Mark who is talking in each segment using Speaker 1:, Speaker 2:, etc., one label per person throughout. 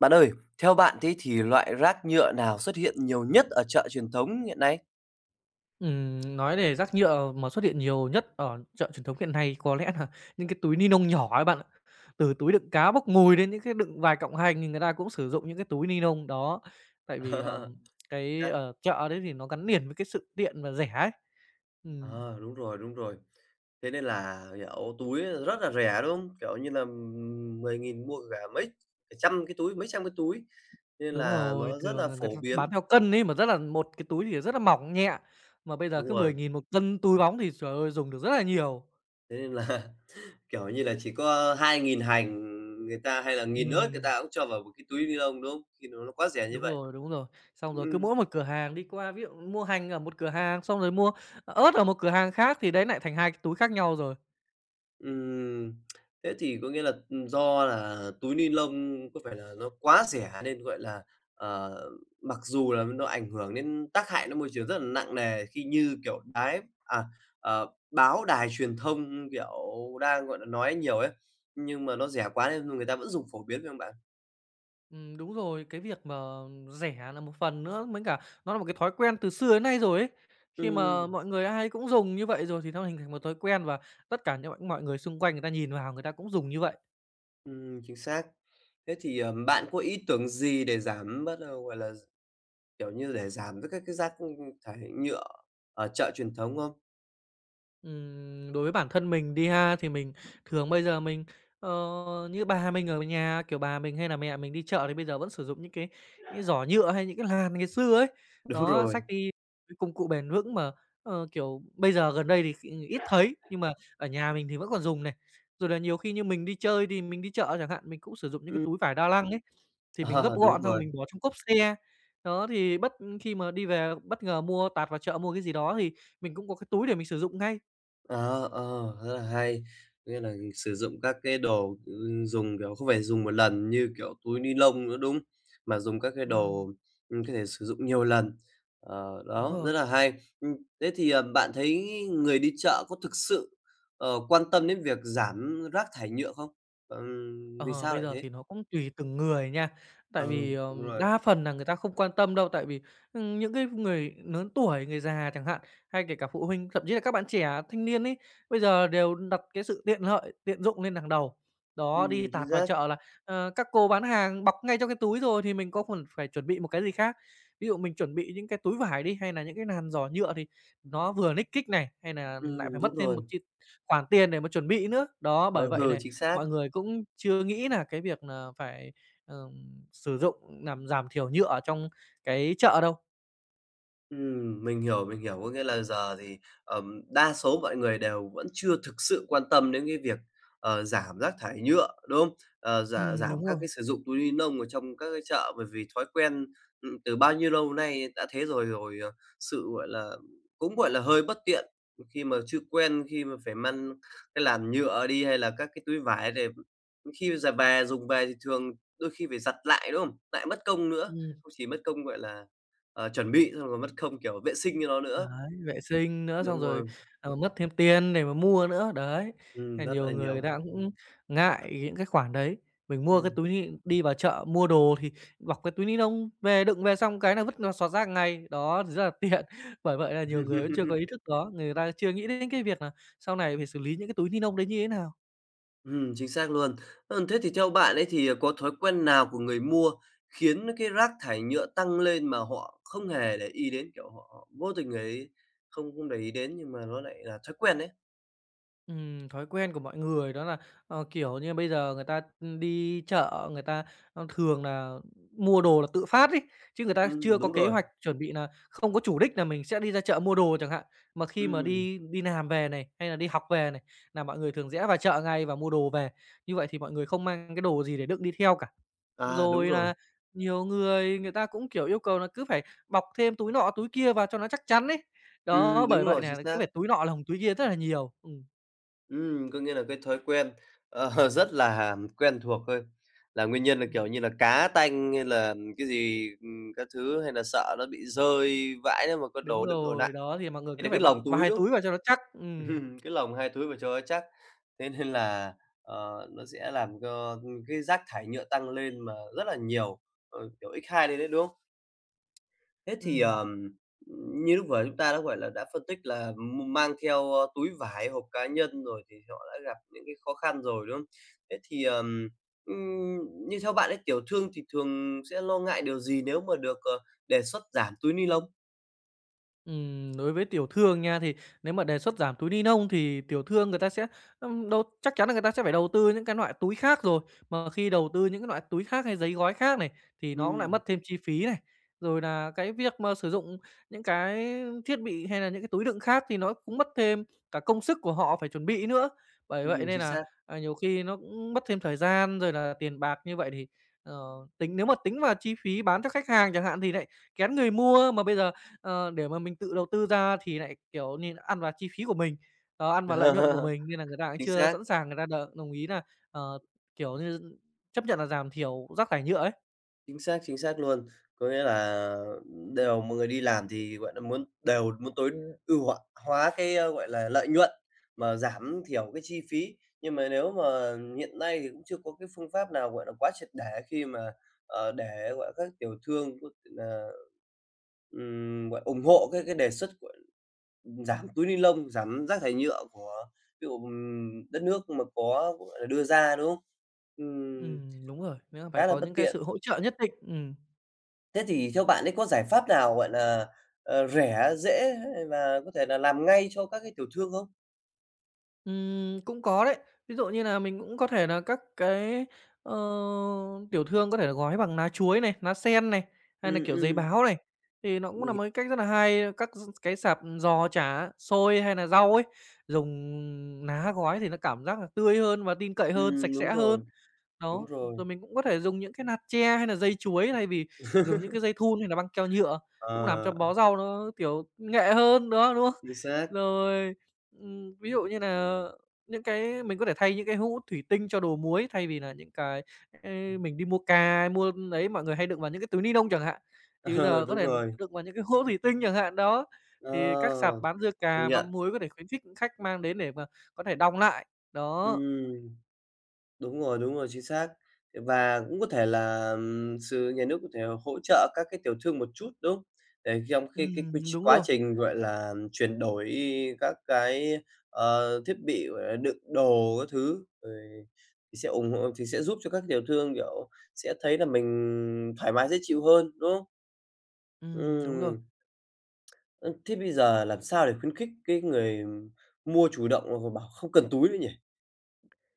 Speaker 1: Bạn ơi, theo bạn thế thì loại rác nhựa nào xuất hiện nhiều nhất ở chợ truyền thống hiện nay?
Speaker 2: Nói về rác nhựa mà xuất hiện nhiều nhất ở chợ truyền thống hiện nay có lẽ là những cái túi ni lông nhỏ ấy bạn ạ. Từ túi đựng cá bốc mùi đến những cái đựng vài cọng hành thì người ta cũng sử dụng những cái túi ni lông đó. Tại vì, cái
Speaker 1: Rác
Speaker 2: ở chợ đấy thì nó gắn liền với cái sự tiện và rẻ ấy. Ừm,
Speaker 1: ờ, đúng rồi, đúng rồi. Thế nên là, kiểu, túi rất là rẻ, đúng không? Kiểu như là, 10.000 mua cả trăm cái túi, mấy trăm cái túi. Thế nên
Speaker 2: đúng
Speaker 1: là
Speaker 2: rồi,
Speaker 1: nó rất là
Speaker 2: thường là người
Speaker 1: phổ
Speaker 2: ta bán
Speaker 1: biến.
Speaker 2: theo cân ấy, mà rất là một cái túi thì rất là mỏng nhẹ, mà bây giờ
Speaker 1: Đúng
Speaker 2: cứ mười
Speaker 1: rồi,
Speaker 2: nghìn một cân túi bóng thì, trời ơi, dùng được rất là nhiều.
Speaker 1: thế nên là, kiểu như là, chỉ có 2.000 hành người ta hay là 1.000 ớt người
Speaker 2: Ừm.
Speaker 1: ta cũng cho vào một cái túi ni lông, đúng không? Khi nó quá rẻ như
Speaker 2: Đúng
Speaker 1: vậy.
Speaker 2: rồi, đúng rồi. Xong rồi cứ
Speaker 1: Ừm.
Speaker 2: mỗi một cửa hàng đi qua, ví dụ mua hành ở một cửa hàng, xong rồi mua ớt ở một cửa hàng khác thì đấy lại thành 2 cái túi khác nhau rồi.
Speaker 1: Ừm, Thế thì có nghĩa là, do là túi ni lông có phải là nó quá rẻ nên, gọi là, ờ, mặc dù là nó ảnh hưởng đến tác hại nó môi trường rất là nặng nề khi như, kiểu, báo đài truyền thông, kiểu, đang, gọi là, nói nhiều ấy, nhưng mà nó rẻ quá nên người ta vẫn dùng phổ biến phải không bạn?
Speaker 2: Đúng rồi, cái việc mà rẻ là một phần nữa, mới cả nó là một cái thói quen từ xưa đến nay rồi ấy. Khi mà
Speaker 1: Ừm,
Speaker 2: mọi người ai cũng dùng như vậy rồi thì nó hình thành một thói quen và tất cả những mọi người xung quanh người ta nhìn vào người ta cũng dùng như vậy.
Speaker 1: chính xác. Thế thì, bạn có ý tưởng gì để giảm bớt, gọi là, kiểu như, để giảm tất các cái rác, thải nhựa ở chợ truyền thống không?
Speaker 2: Đối với bản thân mình đi ha, thì mình thường bây giờ mình, ờ, như bà mình ở nhà, kiểu, bà mình hay là mẹ mình đi chợ thì bây giờ vẫn sử dụng những cái giỏ nhựa hay những cái làn ngày xưa ấy.
Speaker 1: Đúng
Speaker 2: Đó,
Speaker 1: rồi.
Speaker 2: xách đi cái công cụ bền vững mà, kiểu, bây giờ gần đây thì ít thấy, nhưng mà ở nhà mình thì vẫn còn dùng này. Rồi là nhiều khi như mình đi chơi thì mình đi chợ chẳng hạn, mình cũng sử dụng những cái túi vải đa năng ấy, thì mình gấp
Speaker 1: Ờ, đúng
Speaker 2: gọn xong
Speaker 1: rồi.
Speaker 2: mình bỏ trong cốp xe. Đó, thì khi mà đi về bất ngờ mua tạt vào chợ mua cái gì đó thì mình cũng có cái túi để mình sử dụng ngay.
Speaker 1: Ờ, ờ, rất là hay. Nghĩa là sử dụng các cái đồ, dùng, kiểu, không phải dùng một lần như, kiểu, túi ni lông nữa, đúng? Mà dùng các cái
Speaker 2: Ừm,
Speaker 1: đồ, có thể sử dụng nhiều lần. Ờ,
Speaker 2: đúng
Speaker 1: đó, rất
Speaker 2: rồi.
Speaker 1: là hay. Ừm, Thế thì, bạn thấy người đi chợ có thực sự, quan tâm đến việc giảm rác thải nhựa không? Vì
Speaker 2: Ờ,
Speaker 1: sao
Speaker 2: bây
Speaker 1: lại
Speaker 2: giờ
Speaker 1: thế?
Speaker 2: thì nó cũng tùy từng người nha. Tại
Speaker 1: Ừ,
Speaker 2: vì,
Speaker 1: đúng rồi.
Speaker 2: đa phần là người ta không quan tâm đâu, tại vì, những cái người lớn tuổi, người già chẳng hạn, hay kể cả phụ huynh, thậm chí là các bạn trẻ, thanh niên ấy, bây giờ đều đặt cái sự tiện lợi, tiện dụng lên hàng đầu. Đó, đi
Speaker 1: Chính
Speaker 2: tạt vào
Speaker 1: xác.
Speaker 2: chợ là, các cô bán hàng bọc ngay trong cái túi rồi thì mình có còn phải chuẩn bị một cái gì khác. Ví dụ mình chuẩn bị những cái túi vải đi, hay là những cái nàn giỏ nhựa thì nó vừa nick kích này, hay là lại phải mất
Speaker 1: Đúng
Speaker 2: thêm một
Speaker 1: rồi.
Speaker 2: khoản tiền để mà chuẩn bị nữa. Đó,
Speaker 1: Ờ,
Speaker 2: bởi vậy
Speaker 1: Ừ,
Speaker 2: này
Speaker 1: chính xác.
Speaker 2: mọi người cũng chưa nghĩ là cái việc là phải, sử dụng làm giảm thiểu nhựa ở trong cái chợ đâu.
Speaker 1: Mình hiểu, mình hiểu. Có nghĩa là giờ thì, đa số mọi người đều vẫn chưa thực sự quan tâm đến cái việc, giảm rác thải nhựa, đúng không? Ờ, giảm giảm
Speaker 2: Đúng
Speaker 1: các
Speaker 2: rồi.
Speaker 1: cái sử dụng túi ni lông ở trong các cái chợ bởi vì thói quen, từ bao nhiêu lâu nay đã thế rồi, sự, gọi là, cũng, gọi là, hơi bất tiện khi mà chưa quen, khi mà phải mang cái làn nhựa đi hay là các cái túi vải để khi giờ về dùng về thì thường đôi khi phải giặt lại, đúng không? Lại mất công nữa,
Speaker 2: Ừm,
Speaker 1: không chỉ mất công, gọi là, chuẩn bị xong rồi mất công, kiểu, vệ sinh cho nó nữa.
Speaker 2: đấy, vệ sinh nữa, xong
Speaker 1: Đúng
Speaker 2: rồi,
Speaker 1: rồi,
Speaker 2: mất thêm tiền để mà mua nữa, đấy. Thế là
Speaker 1: rất
Speaker 2: nhiều
Speaker 1: là
Speaker 2: người
Speaker 1: nhiều.
Speaker 2: đã cũng ngại những cái khoản đấy. Mình mua cái
Speaker 1: Ừm,
Speaker 2: túi ni đi vào chợ mua đồ thì bọc cái túi ni lông về, đựng về xong cái là vứt vào xọt rác ngay, đó, thì rất là tiện. Bởi vậy là nhiều người vẫn chưa có ý thức đó, người ta chưa nghĩ đến cái việc là sau này phải xử lý những cái túi ni lông đấy như thế nào.
Speaker 1: chính xác luôn. Thế thì theo bạn ấy thì, có thói quen nào của người mua khiến cái rác thải nhựa tăng lên mà họ không hề để ý đến, kiểu, họ họ vô tình ấy, không không để ý đến nhưng mà nó lại là thói quen đấy.
Speaker 2: Thói quen của mọi người đó là, kiểu như, bây giờ người ta, đi chợ, người ta, thường là mua đồ là tự phát ấy, chứ người ta chưa có
Speaker 1: Đúng
Speaker 2: kế
Speaker 1: rồi.
Speaker 2: hoạch chuẩn bị là không có chủ đích là mình sẽ đi ra chợ mua đồ chẳng hạn. Mà khi mà
Speaker 1: Ừm,
Speaker 2: đi đi làm về này, hay là đi học về này, là mọi người thường rẽ vào chợ ngay và mua đồ về. Như vậy thì mọi người không mang cái đồ gì để đựng đi theo cả.
Speaker 1: à, đúng
Speaker 2: Rồi
Speaker 1: rồi.
Speaker 2: là nhiều người người ta cũng, kiểu, yêu cầu là cứ phải bọc thêm túi nọ túi kia vào cho nó chắc chắn ấy. Đó, bởi
Speaker 1: Đúng
Speaker 2: vậy
Speaker 1: rồi, chính
Speaker 2: nà cứ
Speaker 1: xác.
Speaker 2: phải túi nọ lồng túi kia rất là nhiều. Ừm,
Speaker 1: Có nghĩa là cái thói quen, rất là quen thuộc thôi, là nguyên nhân là, kiểu
Speaker 2: ừm.
Speaker 1: như là, cá tanh hay là cái gì, các thứ, hay là sợ nó bị rơi vãi nếu mà có
Speaker 2: Đúng
Speaker 1: đồ đựng đồ nặng.
Speaker 2: rồi, đó, thì mọi người
Speaker 1: Hay
Speaker 2: cứ
Speaker 1: là cái
Speaker 2: phải bọc
Speaker 1: lồng túi,
Speaker 2: vài
Speaker 1: đúng không?
Speaker 2: túi vào cho nó chắc. Ừm,
Speaker 1: Cái lồng hai túi vào cho nó chắc. Thế nên là, nó sẽ làm cho cái rác thải nhựa tăng lên mà rất là nhiều, kiểu, x hai lên đấy, đúng không? Thế thì,
Speaker 2: ừm.
Speaker 1: như lúc vừa chúng ta đã, gọi là, đã phân tích là mang theo, túi vải, hộp cá nhân rồi thì họ đã gặp những cái khó khăn rồi, đúng không? Thế thì, ừm, như theo bạn ấy, tiểu thương thì thường sẽ lo ngại điều gì nếu mà được, đề xuất giảm túi ni lông?
Speaker 2: Đối với tiểu thương nha, thì nếu mà đề xuất giảm túi ni lông thì tiểu thương người ta sẽ, đâu chắc chắn là người ta sẽ phải đầu tư những cái loại túi khác rồi. Mà khi đầu tư những cái loại túi khác hay giấy gói khác này, thì nó cũng lại
Speaker 1: Ừm,
Speaker 2: mất thêm chi phí này. Rồi là cái việc mà sử dụng những cái thiết bị hay là những cái túi đựng khác thì nó cũng mất thêm cả công sức của họ phải chuẩn bị nữa. Bởi vậy nên
Speaker 1: chính
Speaker 2: là,
Speaker 1: xác.
Speaker 2: nhiều khi nó cũng mất thêm thời gian rồi là tiền bạc như vậy thì, ờ, tính nếu mà tính vào chi phí bán cho khách hàng chẳng hạn thì lại kén người mua, mà bây giờ để mà mình tự đầu tư ra thì lại, kiểu như, là ăn vào chi phí của mình, ăn vào lợi nhuận của mình nên là người ta cũng
Speaker 1: Chính
Speaker 2: chưa
Speaker 1: xác.
Speaker 2: sẵn sàng người ta đồng ý là ờ, kiểu như, chấp nhận là giảm thiểu rác thải nhựa ấy.
Speaker 1: Chính xác, chính xác luôn. Có nghĩa là đều mọi người đi làm thì, gọi là, đều muốn tối ưu hóa cái, gọi là, lợi nhuận mà giảm thiểu cái chi phí. Nhưng mà nếu mà hiện nay thì cũng chưa có cái phương pháp nào, gọi là, quá triệt để khi mà, để, gọi là, các tiểu thương có thể là, ủng hộ cái đề xuất của giảm túi ni lông, giảm rác thải nhựa của ví dụ, đất nước mà có, gọi là, đưa ra, đúng không? Ừm,
Speaker 2: Đúng rồi, nghĩa là phải
Speaker 1: Khá là
Speaker 2: có
Speaker 1: bất
Speaker 2: những cái
Speaker 1: tiện.
Speaker 2: sự hỗ trợ nhất định.
Speaker 1: Thế thì theo bạn ấy có giải pháp nào, gọi là, rẻ, dễ và có thể là làm ngay cho các cái tiểu thương không?
Speaker 2: Cũng có đấy. Ví dụ như là mình cũng có thể là các cái, ờ, tiểu thương có thể là gói bằng lá chuối này, lá sen này, hay là,
Speaker 1: Ừm,
Speaker 2: kiểu, giấy
Speaker 1: ừm,
Speaker 2: báo này, thì nó cũng
Speaker 1: mình
Speaker 2: là
Speaker 1: hiểu.
Speaker 2: một cái cách rất là hay. Các cái sạp giò chả, xôi hay là rau ấy, dùng lá gói thì nó cảm giác là tươi hơn và tin cậy hơn, sạch
Speaker 1: Đúng
Speaker 2: sẽ hơn.
Speaker 1: rồi, đúng
Speaker 2: Đó,
Speaker 1: rồi.
Speaker 2: rồi mình cũng có thể dùng những cái nạt tre hay là dây chuối thay vì dùng những cái dây thun hay là băng keo nhựa, cũng làm cho
Speaker 1: Ờ,
Speaker 2: bó rau nó, kiểu, nghệ hơn, đó, đúng không?
Speaker 1: chính xác.
Speaker 2: Rồi, ví dụ như nà những cái mình có thể thay những cái hũ thủy tinh cho đồ muối thay vì là những cái, ơ, mình đi mua cà, mua ấy mọi người hay đựng vào những cái túi ni lông chẳng hạn, thì bây
Speaker 1: Ờ,
Speaker 2: giờ có
Speaker 1: đúng
Speaker 2: thể
Speaker 1: rồi.
Speaker 2: đựng vào những cái hũ thủy tinh chẳng hạn, đó. Thì các
Speaker 1: Ờ,
Speaker 2: sạp bán dưa
Speaker 1: công
Speaker 2: cà,
Speaker 1: nhận.
Speaker 2: mắm muối có thể khuyến khích khách mang đến để mà có thể đong lại, đó.
Speaker 1: Ừm. Đúng rồi, chính xác. Và cũng có thể là, nhà nước có thể hỗ trợ các cái tiểu thương một chút, đúng không? Để trong khi cái quy tr
Speaker 2: Đúng
Speaker 1: quá
Speaker 2: rồi,
Speaker 1: trình, gọi là, chuyển đổi các cái, thiết bị, gọi là, đựng đồ các thứ, rồi thì sẽ ủng hộ thì sẽ giúp cho các tiểu thương, kiểu, sẽ thấy là mình thoải mái dễ chịu hơn, đúng không?
Speaker 2: đúng rồi.
Speaker 1: Ừm, Thế bây giờ làm sao để khuyến khích cái người mua chủ động và bảo không cần túi nữa nhỉ?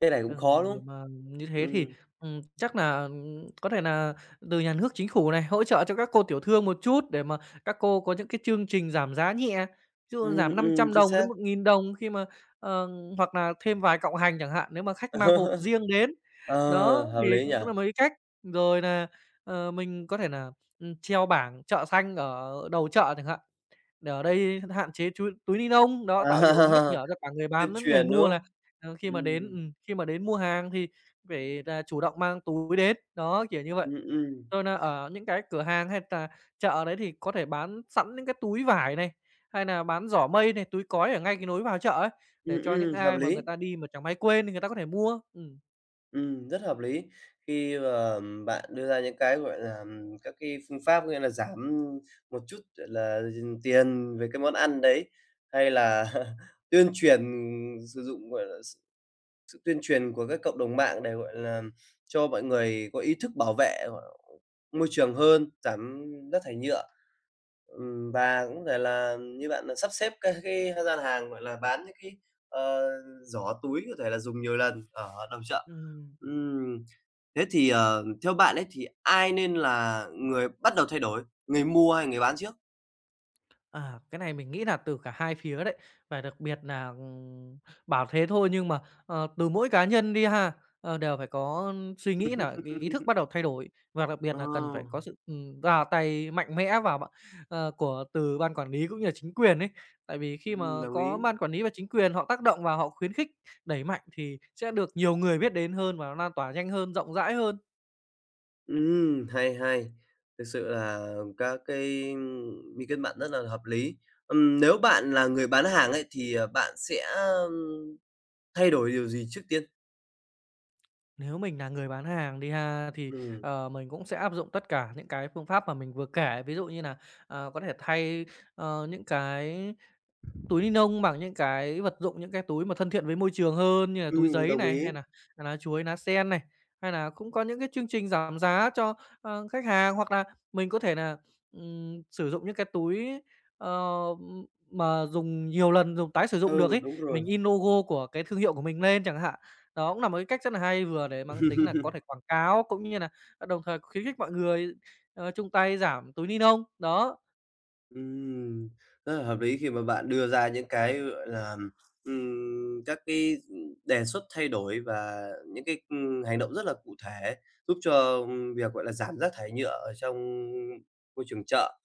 Speaker 1: Cái này cũng khó, đúng
Speaker 2: Để
Speaker 1: không?
Speaker 2: mà như thế thì,
Speaker 1: Ừm,
Speaker 2: chắc là có thể là từ nhà nước, chính phủ này hỗ trợ cho các cô tiểu thương một chút để mà các cô có những cái chương trình giảm giá nhẹ, ví dụ giảm 500
Speaker 1: chính
Speaker 2: đồng
Speaker 1: xác.
Speaker 2: đến 1.000 đồng khi mà ờ, hoặc là thêm vài cọng hành chẳng hạn, nếu mà khách mang hộp riêng đến.
Speaker 1: Ờ,
Speaker 2: Đó,
Speaker 1: hợp
Speaker 2: thì
Speaker 1: lý nhỉ?
Speaker 2: cũng
Speaker 1: À,
Speaker 2: là mấy cách. Rồi là mình có thể là treo bảng chợ xanh ở đầu chợ chẳng hạn, để ở đây hạn chế túi túi ni lông đó, tạo hiệu ứng nhắc nhở cho cả người
Speaker 1: tuyên
Speaker 2: bán lẫn người
Speaker 1: truyền, đúng
Speaker 2: mua là,
Speaker 1: không? Ừm,
Speaker 2: khi mà đến mua hàng thì phải là chủ động mang túi đến, đó, kiểu như vậy.
Speaker 1: ừm, ừm,
Speaker 2: Rồi nà ở những cái cửa hàng hay chợ đấy thì có thể bán sẵn những cái túi vải này, hay nà bán giỏ mây này, túi cói ở ngay cái nối vào chợ ấy, để cho những
Speaker 1: hợp
Speaker 2: ai mà
Speaker 1: lý.
Speaker 2: người ta đi mà chẳng may quên thì người ta có thể mua. Ừm.
Speaker 1: Rất hợp lý. Khi mà bạn đưa ra những cái, gọi là, các cái phương pháp có nghĩa là giảm một chút, gọi là, dừng tiền về cái món ăn đấy, hay là tuyên truyền sử dụng, gọi là, sự tuyên truyền của các cộng đồng mạng để, gọi là, cho mọi người có ý thức bảo vệ, môi trường hơn, giảm rác thải nhựa. Và cũng có thể là như bạn là sắp xếp các cái gian hàng, gọi là, bán những cái, ờ, giỏ túi có thể là dùng nhiều lần ở đầu chợ.
Speaker 2: Ừm.
Speaker 1: Ừm, Thế thì, theo bạn ấy thì ai nên là người bắt đầu thay đổi, người mua hay người bán trước?
Speaker 2: À, cái này mình nghĩ là từ cả hai phía đấy, và đặc biệt là bảo thế thôi nhưng mà, từ mỗi cá nhân đi ha, đều phải có suy nghĩ là cái ý thức bắt đầu thay đổi và đặc biệt
Speaker 1: Ờ,
Speaker 2: là cần phải có sự, ra tay mạnh mẽ vào bạn của từ ban quản lý cũng như là chính quyền ấy. Tại vì khi mà
Speaker 1: đồng ý.
Speaker 2: có ban quản lý và chính quyền họ tác động và họ khuyến khích, đẩy mạnh thì sẽ được nhiều người biết đến hơn và nó lan tỏa nhanh hơn, rộng rãi hơn.
Speaker 1: Hay, hay. Thực sự là các cái, ý kiến bạn rất là hợp lý. Nếu bạn là người bán hàng ấy, thì, bạn sẽ, thay đổi điều gì trước tiên?
Speaker 2: Nếu mình là người bán hàng đi ha, thì,
Speaker 1: Ừm.
Speaker 2: mình cũng sẽ áp dụng tất cả những cái phương pháp mà mình vừa kể. Ví dụ như là có thể thay, những cái túi ni nông bằng những cái vật dụng, những cái túi mà thân thiện với môi trường hơn như là túi giấy
Speaker 1: Đồng
Speaker 2: này,
Speaker 1: ý.
Speaker 2: hay là lá chuối, lá sen này, hay là cũng có những cái chương trình giảm giá cho, khách hàng. Hoặc là mình có thể là sử dụng những cái túi, ờ, ừm, mà dùng nhiều lần, dùng tái sử dụng
Speaker 1: Ừ,
Speaker 2: được ấy,
Speaker 1: đúng rồi.
Speaker 2: mình in logo của cái thương hiệu của mình lên chẳng hạn. Đó cũng là một cái cách rất là hay, vừa để mang tính là có thể quảng cáo, cũng như là đồng thời khuyến khích mọi người, chung tay giảm túi ni lông đó.
Speaker 1: Ừm, Rất là hợp lý khi mà bạn đưa ra những cái, gọi là, các cái đề xuất thay đổi và những cái, hành động rất là cụ thể, giúp cho, việc, gọi là, giảm rác thải nhựa ở trong môi trường chợ.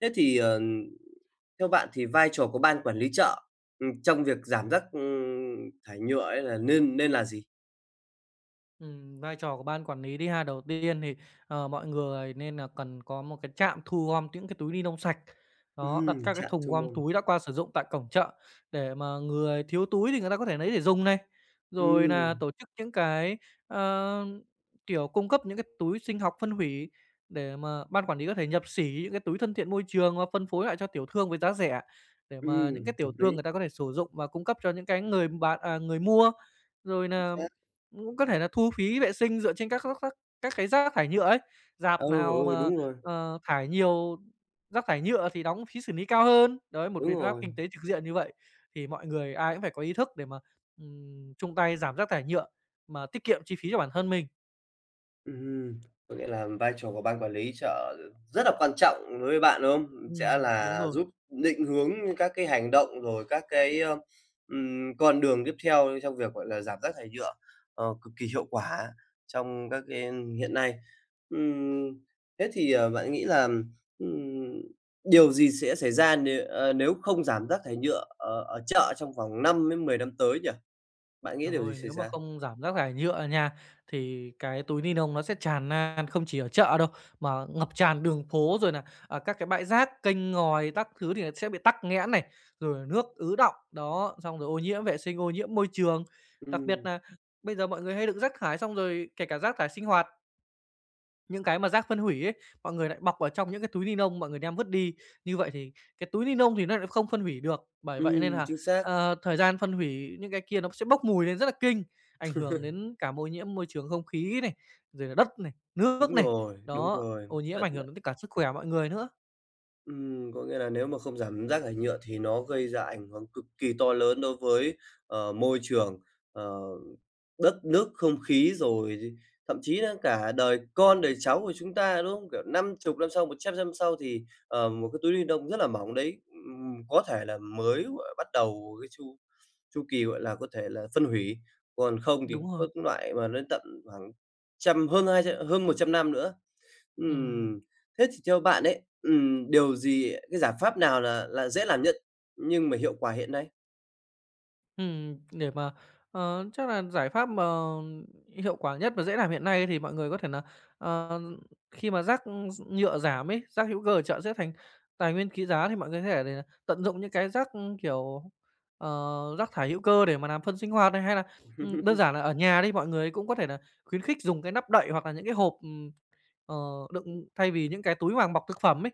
Speaker 1: Thế thì, theo bạn thì vai trò của ban quản lý chợ, trong việc giảm rác, thải nhựa ấy là nên nên là gì?
Speaker 2: Vai trò của ban quản lý đi ha. Đầu tiên thì, mọi người nên là cần có một cái trạm thu gom những cái túi ni lông sạch. Đó, đặt các cái
Speaker 1: Chạm
Speaker 2: thùng
Speaker 1: thu
Speaker 2: gom
Speaker 1: môn.
Speaker 2: túi đã qua sử dụng tại cổng chợ để mà người thiếu túi thì người ta có thể lấy để dùng này. Rồi là
Speaker 1: Ừm,
Speaker 2: tổ chức những cái, ờ, kiểu, cung cấp những cái túi sinh học phân hủy để mà ban quản lý có thể nhập xỉ những cái túi thân thiện môi trường và phân phối lại cho tiểu thương với giá rẻ, để mà những cái
Speaker 1: hợp
Speaker 2: tiểu thương
Speaker 1: lý,
Speaker 2: người ta có thể sử dụng và cung cấp cho những cái người mua. Rồi
Speaker 1: chính
Speaker 2: là
Speaker 1: xác.
Speaker 2: cũng có thể là thu phí vệ sinh dựa trên các các cái rác thải nhựa ấy.
Speaker 1: Ừ,
Speaker 2: Rạp nào
Speaker 1: ừ,
Speaker 2: mà,
Speaker 1: đúng rồi,
Speaker 2: thải nhiều rác thải nhựa thì đóng phí xử lý cao hơn. Đấy, một
Speaker 1: đúng
Speaker 2: biện pháp
Speaker 1: rồi.
Speaker 2: kinh tế trực diện như vậy thì mọi người ai cũng phải có ý thức để mà, chung tay giảm rác thải nhựa, mà tiết kiệm chi phí cho bản thân mình.
Speaker 1: Ừm, có nghĩa là vai trò của ban quản lý chợ rất là quan trọng đối với bạn, đúng không? Sẽ
Speaker 2: Đúng
Speaker 1: là
Speaker 2: rồi.
Speaker 1: giúp định hướng các cái hành động, rồi các cái, con đường tiếp theo trong việc, gọi là, giảm rác thải nhựa, cực kỳ hiệu quả trong các cái hiện nay. Ừm, Thế thì, bạn nghĩ là, ừm, điều gì sẽ xảy ra nếu không giảm rác thải nhựa ở ở chợ trong vòng 5 đến 10 năm tới nhỉ? Bạn nghĩ
Speaker 2: Trời
Speaker 1: điều gì
Speaker 2: ơi,
Speaker 1: xảy
Speaker 2: nếu mà
Speaker 1: ra?
Speaker 2: không giảm rác thải nhựa nha, thì cái túi ni lông nó sẽ tràn lan không chỉ ở chợ đâu, mà ngập tràn đường phố rồi nà, à, các cái bãi rác, kênh ngòi các thứ thì sẽ bị tắc nghẽn này, rồi nước ứ đọng. Đó, xong rồi ô nhiễm vệ sinh, ô nhiễm môi trường. Đặc biệt
Speaker 1: Ừm,
Speaker 2: là bây giờ mọi người hay đựng rác thải xong rồi kể cả rác thải sinh hoạt những cái mà rác phân hủy ấy, mọi người lại bọc vào trong những cái túi ni lông, mọi người đem vứt đi. Như vậy thì cái túi ni lông thì nó lại không phân hủy được, bởi vậy nên là,
Speaker 1: chính xác.
Speaker 2: thời gian phân hủy những cái kia nó sẽ bốc mùi lên rất là kinh, ảnh hưởng đến cả ô nhiễm môi trường không khí này, rồi là đất này, nước
Speaker 1: Đúng
Speaker 2: này.
Speaker 1: rồi, đúng
Speaker 2: Đó,
Speaker 1: rồi.
Speaker 2: ô nhiễm
Speaker 1: Tận
Speaker 2: ảnh
Speaker 1: đ
Speaker 2: hưởng đến tất cả sức khỏe mọi người nữa.
Speaker 1: Có nghĩa là nếu mà không giảm rác thải nhựa thì nó gây ra ảnh hưởng cực kỳ to lớn đối với, môi trường, ờ, đất nước, không khí, rồi thì thậm chí là cả đời con đời cháu của chúng ta, đúng không? Kiểu, 50 năm sau, 100 năm sau thì, một cái túi ni lông rất là mỏng đấy, có thể là mới, gọi là, bắt đầu cái chu chu kỳ, gọi là, có thể là phân hủy, còn không thì
Speaker 2: Đúng
Speaker 1: có
Speaker 2: rồi,
Speaker 1: loại mà đến tận khoảng trăm hơn 200 hơn 100 năm nữa.
Speaker 2: ừm.
Speaker 1: Ừm. Thế thì theo bạn ấy, điều gì cái giải pháp nào là dễ làm nhất nhưng mà hiệu quả hiện nay?
Speaker 2: Để mà, chắc là giải pháp mà hiệu quả nhất và dễ làm hiện nay thì mọi người có thể là ờ, khi mà rác, nhựa giảm ấy, rác hữu cơ ở chợ sẽ thành tài nguyên quý giá thì mọi người có thể là tận dụng những cái rác, kiểu, ờ, rác thải hữu cơ để mà làm phân sinh hoạt này, hay là, đơn giản là ở nhà đi, mọi người cũng có thể là khuyến khích dùng cái nắp đậy hoặc là những cái hộp, ờ, đựng thay vì những cái túi màng bọc thực phẩm ấy.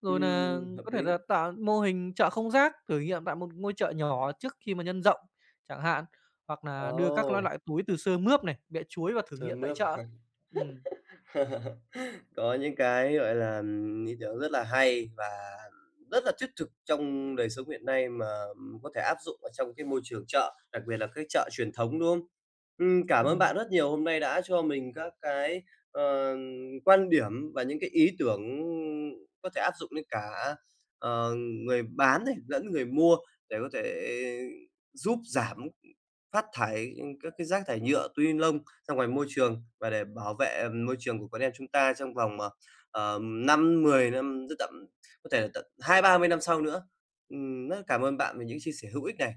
Speaker 2: Rồi là có
Speaker 1: Hợp
Speaker 2: thể
Speaker 1: lý.
Speaker 2: là tạo mô hình chợ không rác, thử nghiệm tại một ngôi chợ nhỏ trước khi mà nhân rộng chẳng hạn, hoặc là đưa các nói
Speaker 1: Ồ,
Speaker 2: loại túi từ sơ mướp này, bẹ chuối và thử
Speaker 1: trời
Speaker 2: nghiệm tại
Speaker 1: mưa.
Speaker 2: chợ. Ừm.
Speaker 1: Có những cái, gọi là, ý tưởng rất là hay và rất là thiết thực trong đời sống hiện nay mà có thể áp dụng ở trong cái môi trường chợ, đặc biệt là các chợ truyền thống, đúng không? Cảm ơn
Speaker 2: Ừm.
Speaker 1: bạn rất nhiều hôm nay đã cho mình các cái, ờ, quan điểm và những cái ý tưởng có thể áp dụng đến cả, ờ, người bán này, lẫn người mua để có thể giúp giảm phát thải, các cái rác thải nhựa, túi lông ra ngoài môi trường và để bảo vệ môi trường của con em chúng ta trong vòng, 5, năm, rất tậm có thể là tận 20 30 năm sau nữa. Rất cảm ơn bạn về những chia sẻ hữu ích này.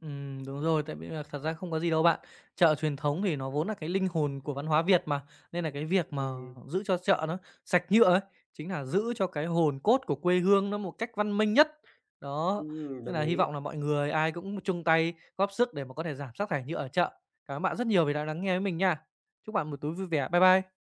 Speaker 2: Đúng rồi, tại vì là thật ra không có gì đâu bạn. Chợ truyền thống thì nó vốn là cái linh hồn của văn hóa Việt mà, nên là cái việc mà
Speaker 1: Ừm,
Speaker 2: giữ cho chợ nó sạch nhựa ấy, chính là giữ cho cái hồn cốt của quê hương nó một cách văn minh nhất. Đó, nên là
Speaker 1: đồng ý.
Speaker 2: hy vọng là mọi người ai cũng chung tay góp sức để mà có thể giảm rác thải nhựa ở chợ. Cảm ơn bạn rất nhiều vì đã lắng nghe với mình nha. Chúc bạn một tối vui vẻ. Bye bye.